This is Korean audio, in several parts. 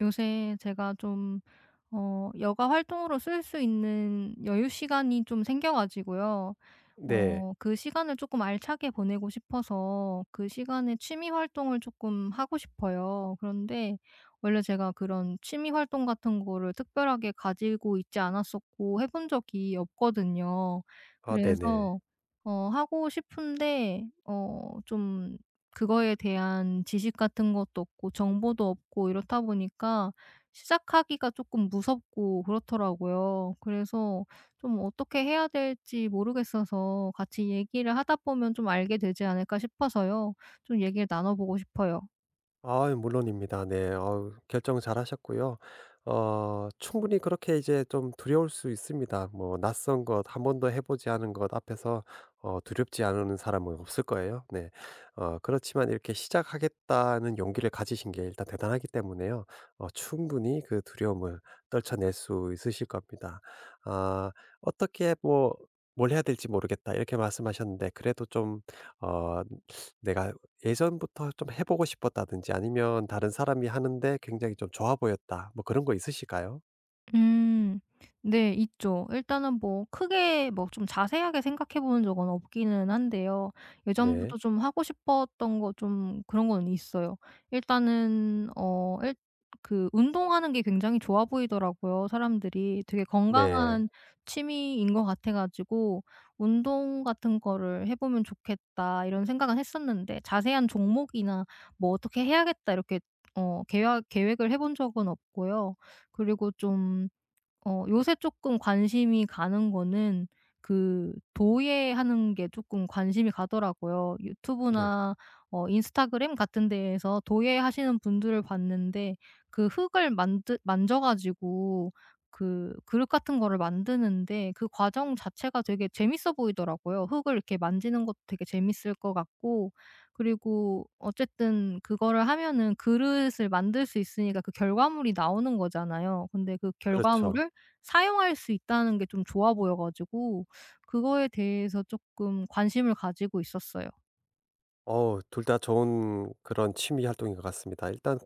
요새 제가 좀 여가 활동으로 쓸 수 있는 여유 시간이 좀 생겨 가지고요. 네. 그 시간을 조금 알차게 보내고 싶어서 그 시간에 취미 활동을 조금 하고 싶어요. 그런데 원래 제가 그런 취미 활동 같은 거를 특별하게 가지고 있지 않았었고 해본 적이 없거든요. 네네. 그래서 하고 싶은데 좀 그거에 대한 지식 같은 것도 없고 정보도 없고 이렇다 보니까 시작하기가 조금 무섭고 그렇더라고요. 그래서 좀 어떻게 해야 될지 모르겠어서 같이 얘기를 하다 보면 좀 알게 되지 않을까 싶어서요. 좀 얘기를 나눠 보고 싶어요. 아, 물론입니다. 네. 아우, 결정 잘하셨고요. 충분히 그렇게 이제 좀 두려울 수 있습니다. 뭐 낯선 것, 한 번도 해 보지 않은 것 앞에서 두렵지 않은 사람은 없을 거예요. 네. 그렇지만 이렇게 시작하겠다는 용기를 가지신 게 일단 대단하기 때문에요. 충분히 그 두려움을 떨쳐낼 수 있으실 겁니다. 아 어떻게 뭐 '뭘 해야 될지 모르겠다.' 이렇게 말씀하셨는데, 그래도 좀 어 '내가 예전부터 좀 해 보고 싶었다든지, 아니면 다른 사람이 하는데 굉장히 좀 좋아 보였다.' 뭐 그런 거 있으실까요? 음. 네, 있죠. 일단은 뭐 크게 뭐 좀 자세하게 생각해 본 적은 없기는 한데요. 네. 예전부터 좀 하고 싶었던 거, 좀 그런 건 있어요. 일단은 어 일 그 운동하는 게 굉장히 좋아 보이더라고요, 사람들이. 되게 네. 건강한 취미인 것 같아 가지고 '운동 같은 거를 해 보면 좋겠다.' 이런 생각은 했었는데, 자세한 종목이나 뭐 '어떻게 해야겠다.' 이렇게 계획을 해본 적은 없고요. 그리고 좀 요새 조금 관심이 가는 거는 그 도예하는 게 조금 관심이 가더라고요. 네. 유튜브나 인스타그램 같은 데에서 도예하시는 분들을 봤는데 그 흙을 만드 만져 가지고 그 그릇 같은 거를 만드는데 그 과정 자체가 되게 재밌어 보이더라고요. 흙을 이렇게 만지는 것도 되게 재밌을 것 같고, 그리고 어쨌든 그거를 하면은 그릇을 만들 수 있으니까 그 결과물이 나오는 거잖아요. 근데 그 그렇죠. 결과물을 사용할 수 있다는 게 좀 좋아 보여 가지고 그거에 대해서 쪼끔 관심을 가지고 있었어요. 둘 다 좋은 그런 취미 활동인 것 같습니다. 일단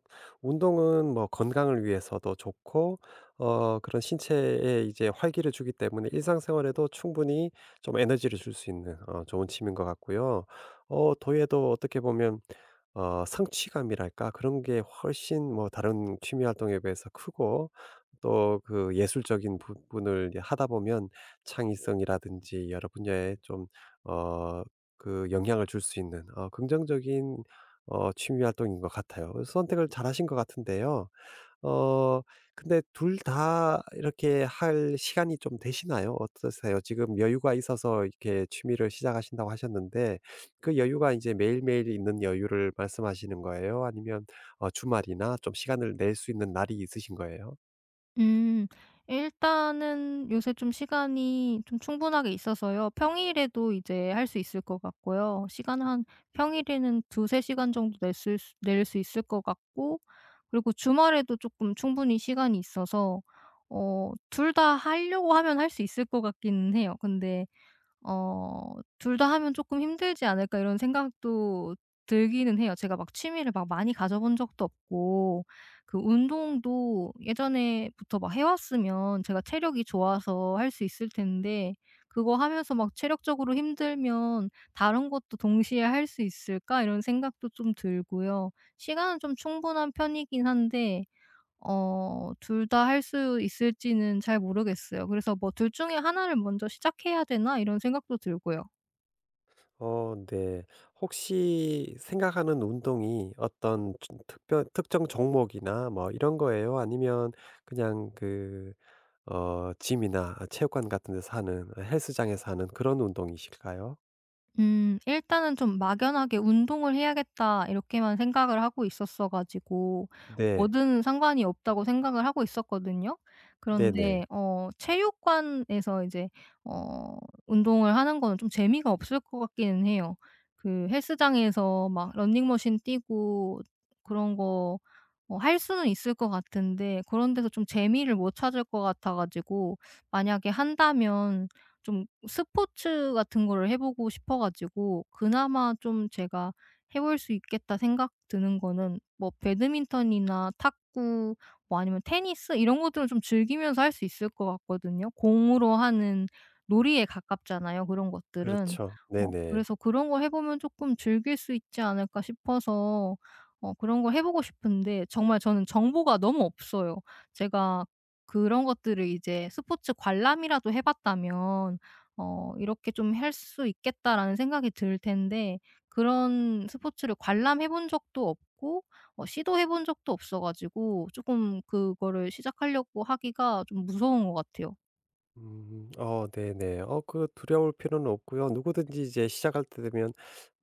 운동은 뭐 건강을 위해서도 좋고, 그런 신체에 이제 활기를 주기 때문에 일상생활에도 충분히 좀 에너지를 줄 수 있는, 좋은 취미인 것 같고요. 도예도 어떻게 보면, 성취감이랄까, 그런 게 훨씬 뭐 다른 취미 활동에 비해서 크고, 또 그 예술적인 부분을 이제 하다 보면 창의성이라든지 여러 분야에 좀 어 그 영향을 줄 수 있는 긍정적인 취미 활동인 것 같아요. 그래서 선택을 잘하신 것 같은데요. 어 근데 둘 다 이렇게 할 시간이 좀 되시나요? 어떠세요? 지금 여유가 있어서 이렇게 취미를 시작하신다고 하셨는데, 그 여유가 이제 매일매일 있는 여유를 말씀하시는 거예요? 아니면 주말이나 좀 시간을 낼 수 있는 날이 있으신 거예요? 음. 일단은 요새 좀 시간이 좀 충분하게 있어서요. 평일에도 이제 할 수 있을 것 같고요. 시간 한 평일에는 두 세 시간 정도 낼 수 있을 것 같고, 그리고 주말에도 쪼끔 충분히 시간이 있어서 둘 다 하려고 하면 할 수 있을 것 같기는 해요. 근데 '둘 다 하면 조금 힘들지 않을까.' 이런 생각도 들기는 해요. 제가 막 취미를 막 많이 가져 본 적도 없고 그 운동도 예전에부터 막 해 왔으면 제가 체력이 좋아서 할 수 있을 텐데, 그거 하면서 막 '체력적으로 힘들면 다른 것도 동시에 할 수 있을까?' 이런 생각도 좀 들고요. 시간은 좀 충분한 편이긴 한데 둘 다 할 수 있을지는 잘 모르겠어요. 그래서 뭐 '둘 중에 하나를 먼저 시작해야 되나?' 이런 생각도 들고요. 네. 혹시 생각하는 운동이 어떤 특별 특정 종목이나 뭐 이런 거예요? 아니면 그냥 그 짐이나 체육관 같은 데서 하는, 아, 헬스장에서 하는 그런 운동이실까요? 음, 일단은 좀 막연하게 '운동을 해야겠다.' 이렇게만 생각을 하고 있었어 가지고 네. 뭐든 상관이 없다고 생각을 하고 있었거든요. 네. 네, 그런데 체육관에서 이제 어 운동을 하는 거는 좀 재미가 없을 것 같기는 해요. 그 헬스장에서 막 러닝머신 뛰고 그런 거 할 수는 있을 것 같은데 그런 데서 좀 재미를 못 찾을 것 같아 가지고, 만약에 한다면 좀 스포츠 같은 거를 해 보고 싶어 가지고, 그나마 좀 제가 해볼 수 있겠다 생각 드는 거는 뭐 배드민턴이나 탁구, 뭐 아니면 테니스, 이런 것들은 좀 즐기면서 할 수 있을 것 같거든요. 공으로 하는 놀이에 가깝잖아요, 그런 것들은. 그렇죠. 네네. 그래서 '그런 거 해 보면 조금 즐길 수 있지 않을까?' 싶어서 그런 걸 해 보고 싶은데 정말 저는 정보가 너무 없어요. 제가 그런 것들을 이제 스포츠 관람이라도 해 봤다면 '이렇게 좀 할 수 있겠다.'라는 생각이 들 텐데 그런 스포츠를 관람해 본 적도 없고 시도해 본 적도 없어 가지고 조금 그거를 시작하려고 하기가 좀 무서운 것 같아요. 음 네네. 그 두려울 필요는 없고요. 누구든지 이제 시작할 때 되면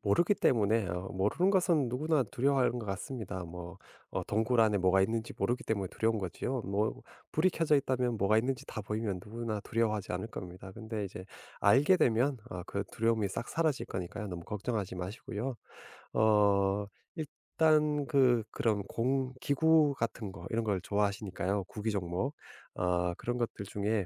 모르기 때문에, 모르는 것은 누구나 두려워하는 것 같습니다. 뭐 동굴 안에 뭐가 있는지 모르기 때문에 두려운 거지요. 뭐 불이 켜져 있다면, 뭐가 있는지 다 보이면 누구나 두려워하지 않을 겁니다. 근데 이제 알게 되면 그 두려움이 싹 사라질 거니까요. 너무 걱정하지 마시고요. 어 일단 그 그런 공 기구 같은 거, 이런 걸 좋아하시니까요. 구기 종목. 아, 그런 것들 중에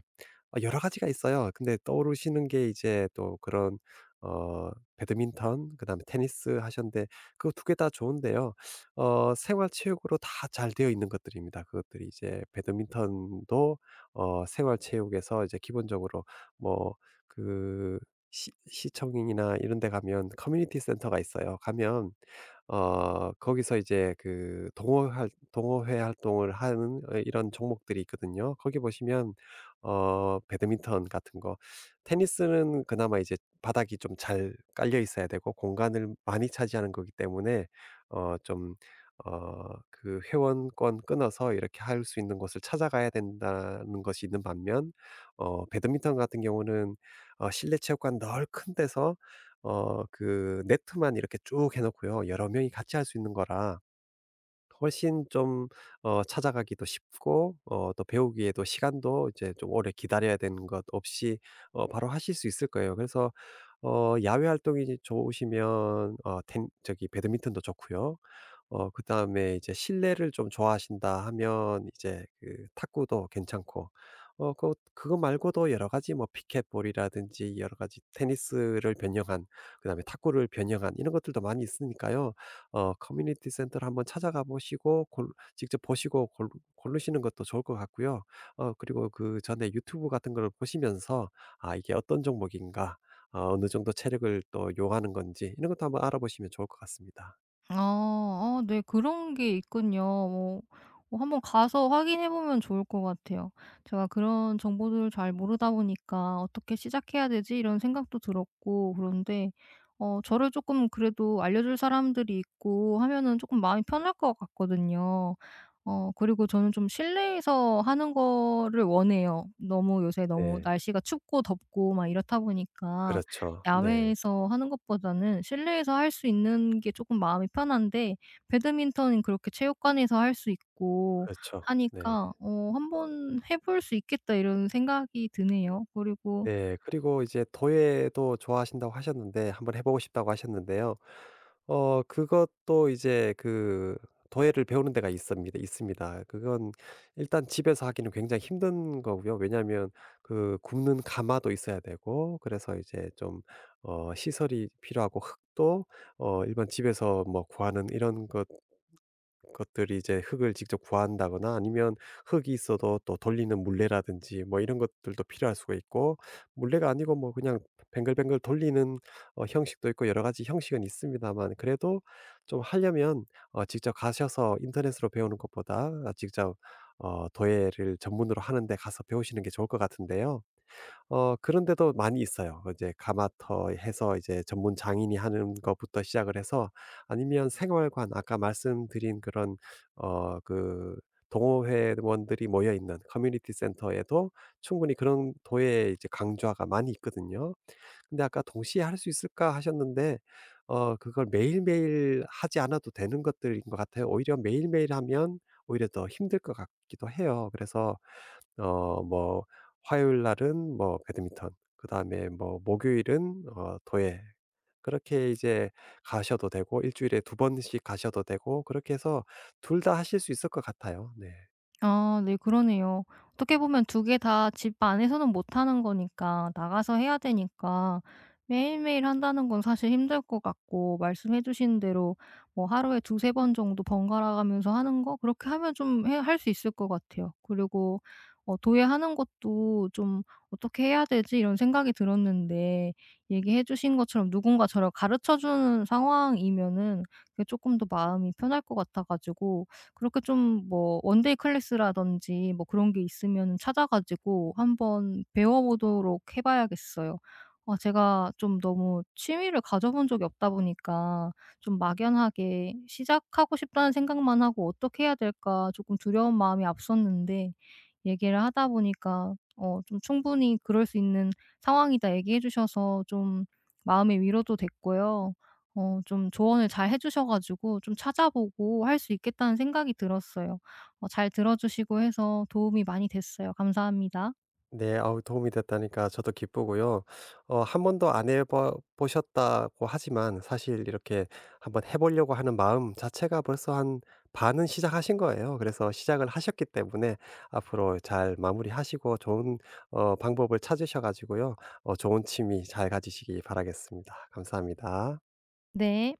아, 여러 가지가 있어요. 근데 떠오르시는 게 이제 또 그런 어 배드민턴, 그다음에 테니스 하셨는데, 그 2개 다 좋은데요. 생활 체육으로 다 잘 되어 있는 것들입니다. 그것들이 이제 배드민턴도 생활 체육에서 이제 기본적으로, 뭐그 시 시청이나 이런 데 가면 커뮤니티 센터가 있어요. 가면 거기서 이제 그 동호회 활동을 하는 이런 종목들이 있거든요. 거기 보시면 배드민턴 같은 거, 테니스는 그나마 이제 바닥이 좀 잘 깔려 있어야 되고 공간을 많이 차지하는 거기 때문에 좀 그 회원권 끊어서 이렇게 할 수 있는 곳을 찾아가야 된다는 것이 있는 반면, 배드민턴 같은 경우는 실내 체육관 넓은 데서 그 네트만 이렇게 쭉 해 놓고요. 여러 명이 같이 할 수 있는 거라 훨씬 좀 찾아가기도 쉽고, 또 배우기에도 시간도 이제 좀 오래 기다려야 되는 것 없이 바로 하실 수 있을 거예요. 그래서 야외 활동이 좋으시면 어 텐 저기 배드민턴도 좋고요. 그다음에 이제 실내를 좀 좋아하신다 하면 이제 그 탁구도 괜찮고, 그 그거 말고도 여러 가지 뭐 피켓볼이라든지, 여러 가지 테니스를 변형한, 그다음에 탁구를 변형한 이런 것들도 많이 있으니까요. 커뮤니티 센터를 한번 찾아가 보시고, 골 직접 보시고 골 고르시는 것도 좋을 것 같고요. 그리고 그 전에 유튜브 같은 걸 보시면서 '아, 이게 어떤 종목인가, 어느 정도 체력을 또 요하는 건지.' 이런 것도 한번 알아보시면 좋을 것 같습니다. 아. 아, 네. 그런 게 있군요. 뭐 한번 가서 확인해 보면 좋을 것 같아요. 제가 그런 정보들을 잘 모르다 보니까 '어떻게 시작해야 되지?' 이런 생각도 들었고, 그런데 저를 조금 그래도 알려줄 사람들이 있고 하면은 조금 마음이 편할 것 같거든요. 그리고 저는 좀 실내에서 하는 거를 원해요. 너무 요새 너무 네. 날씨가 춥고 덥고 막 이렇다 보니까 그렇죠. 네. 야외에서 하는 것보다는 실내에서 할 수 있는 게 조금 마음이 편한데, 배드민턴은 그렇게 체육관에서 할 수 있고 그렇죠. 네. 하니까 '한번 해볼 수 있겠다.' 이런 생각이 드네요. 그리고 네. 그리고 이제 도예도 좋아하신다고 하셨는데, 한번 해 보고 싶다고 하셨는데요. 그것도 이제 그 도예를 배우는 데가 있습니다. 그건 일단 집에서 하기는 굉장히 힘든 거고요. 왜냐하면 그 굽는 가마도 있어야 되고, 그래서 이제 좀 시설이 필요하고, 흙도 일반 집에서 뭐 구하는 이런 것 것들이 이제, 흙을 직접 구한다거나 아니면 흙이 있어도 또 돌리는 물레라든지 뭐 이런 것들도 필요할 수가 있고, 물레가 아니고 뭐 그냥 뱅글뱅글 돌리는 형식도 있고, 여러 가지 형식은 있습니다만, 그래도 좀 하려면 직접 가셔서 인터넷으로 배우는 것보다 직접 도예를 전문으로 하는데 가서 배우시는 게 좋을 것 같은데요. 그런 데도 많이 있어요. 이제 가마터 해서 이제 전문 장인이 하는 것부터 시작을 해서, 아니면 생활관, 아까 말씀드린 그런 그 동호회원들이 모여 있는 커뮤니티 센터에도 충분히 그런 도예 이제 강좌가 많이 있거든요. 근데 아까 '동시에 할 수 있을까?' 하셨는데, 그걸 매일매일 하지 않아도 되는 것들인 것 같아요. 오히려 매일매일 하면 오히려 더 힘들 것 같기도 해요. 그래서 뭐 화요일 날은 뭐 배드민턴, 그다음에 뭐 목요일은 도예, 그렇게 이제 가셔도 되고, 일 주일에 2번씩 가셔도 되고, 그렇게 해서 둘 다 하실 수 있을 것 같아요. 네. 아, 네, 그러네요. 어떻게 보면 두 개 다 집 안에서는 못 하는 거니까, 나가서 해야 되니까 매일매일 한다는 건 사실 힘들 것 같고, 말씀해 주신 대로 뭐 하루에 두세 번 정도 번갈아 가면서 하는 거, 그렇게 하면 좀 할 수 있을 것 같아요. 그리고 도예하는 것도 좀 '어떻게 해야 되지?' 이런 생각이 들었는데 얘기해 주신 것처럼 누군가 저를 가르쳐 주는 상황이면은 그게 조금 더 마음이 편할 것 같아 가지고 그렇게 좀 뭐 원데이 클래스라든지 뭐 그런 게 있으면 찾아 가지고 한번 배워 보도록 해 봐야겠어요. 제가 좀 너무 취미를 가져 본 적이 없다 보니까 좀 막연하게 '시작하고 싶다.'는 생각만 하고 '어떻게 해야 될까?' 조금 두려운 마음이 앞섰는데, 얘기를 하다 보니까 좀 충분히 그럴 수 있는 상황이다 얘기해 주셔서 좀 마음의 위로도 됐고요. 좀 조언을 잘 해 주셔 가지고 좀 찾아보고 할 수 있겠다는 생각이 들었어요. 잘 들어 주시고 해서 도움이 많이 됐어요. 감사합니다. 네. 아우, 도움이 됐다니까 저도 기쁘고요. 한 번도 안 해 보셨다고 하지만, 사실 이렇게 한번 해 보려고 하는 마음 자체가 벌써 한 반은 시작하신 거예요. 그래서 시작을 하셨기 때문에 앞으로 잘 마무리하시고, 좋은 방법을 찾으셔 가지고요. 좋은 취미 잘 가지시기 바라겠습니다. 감사합니다. 네.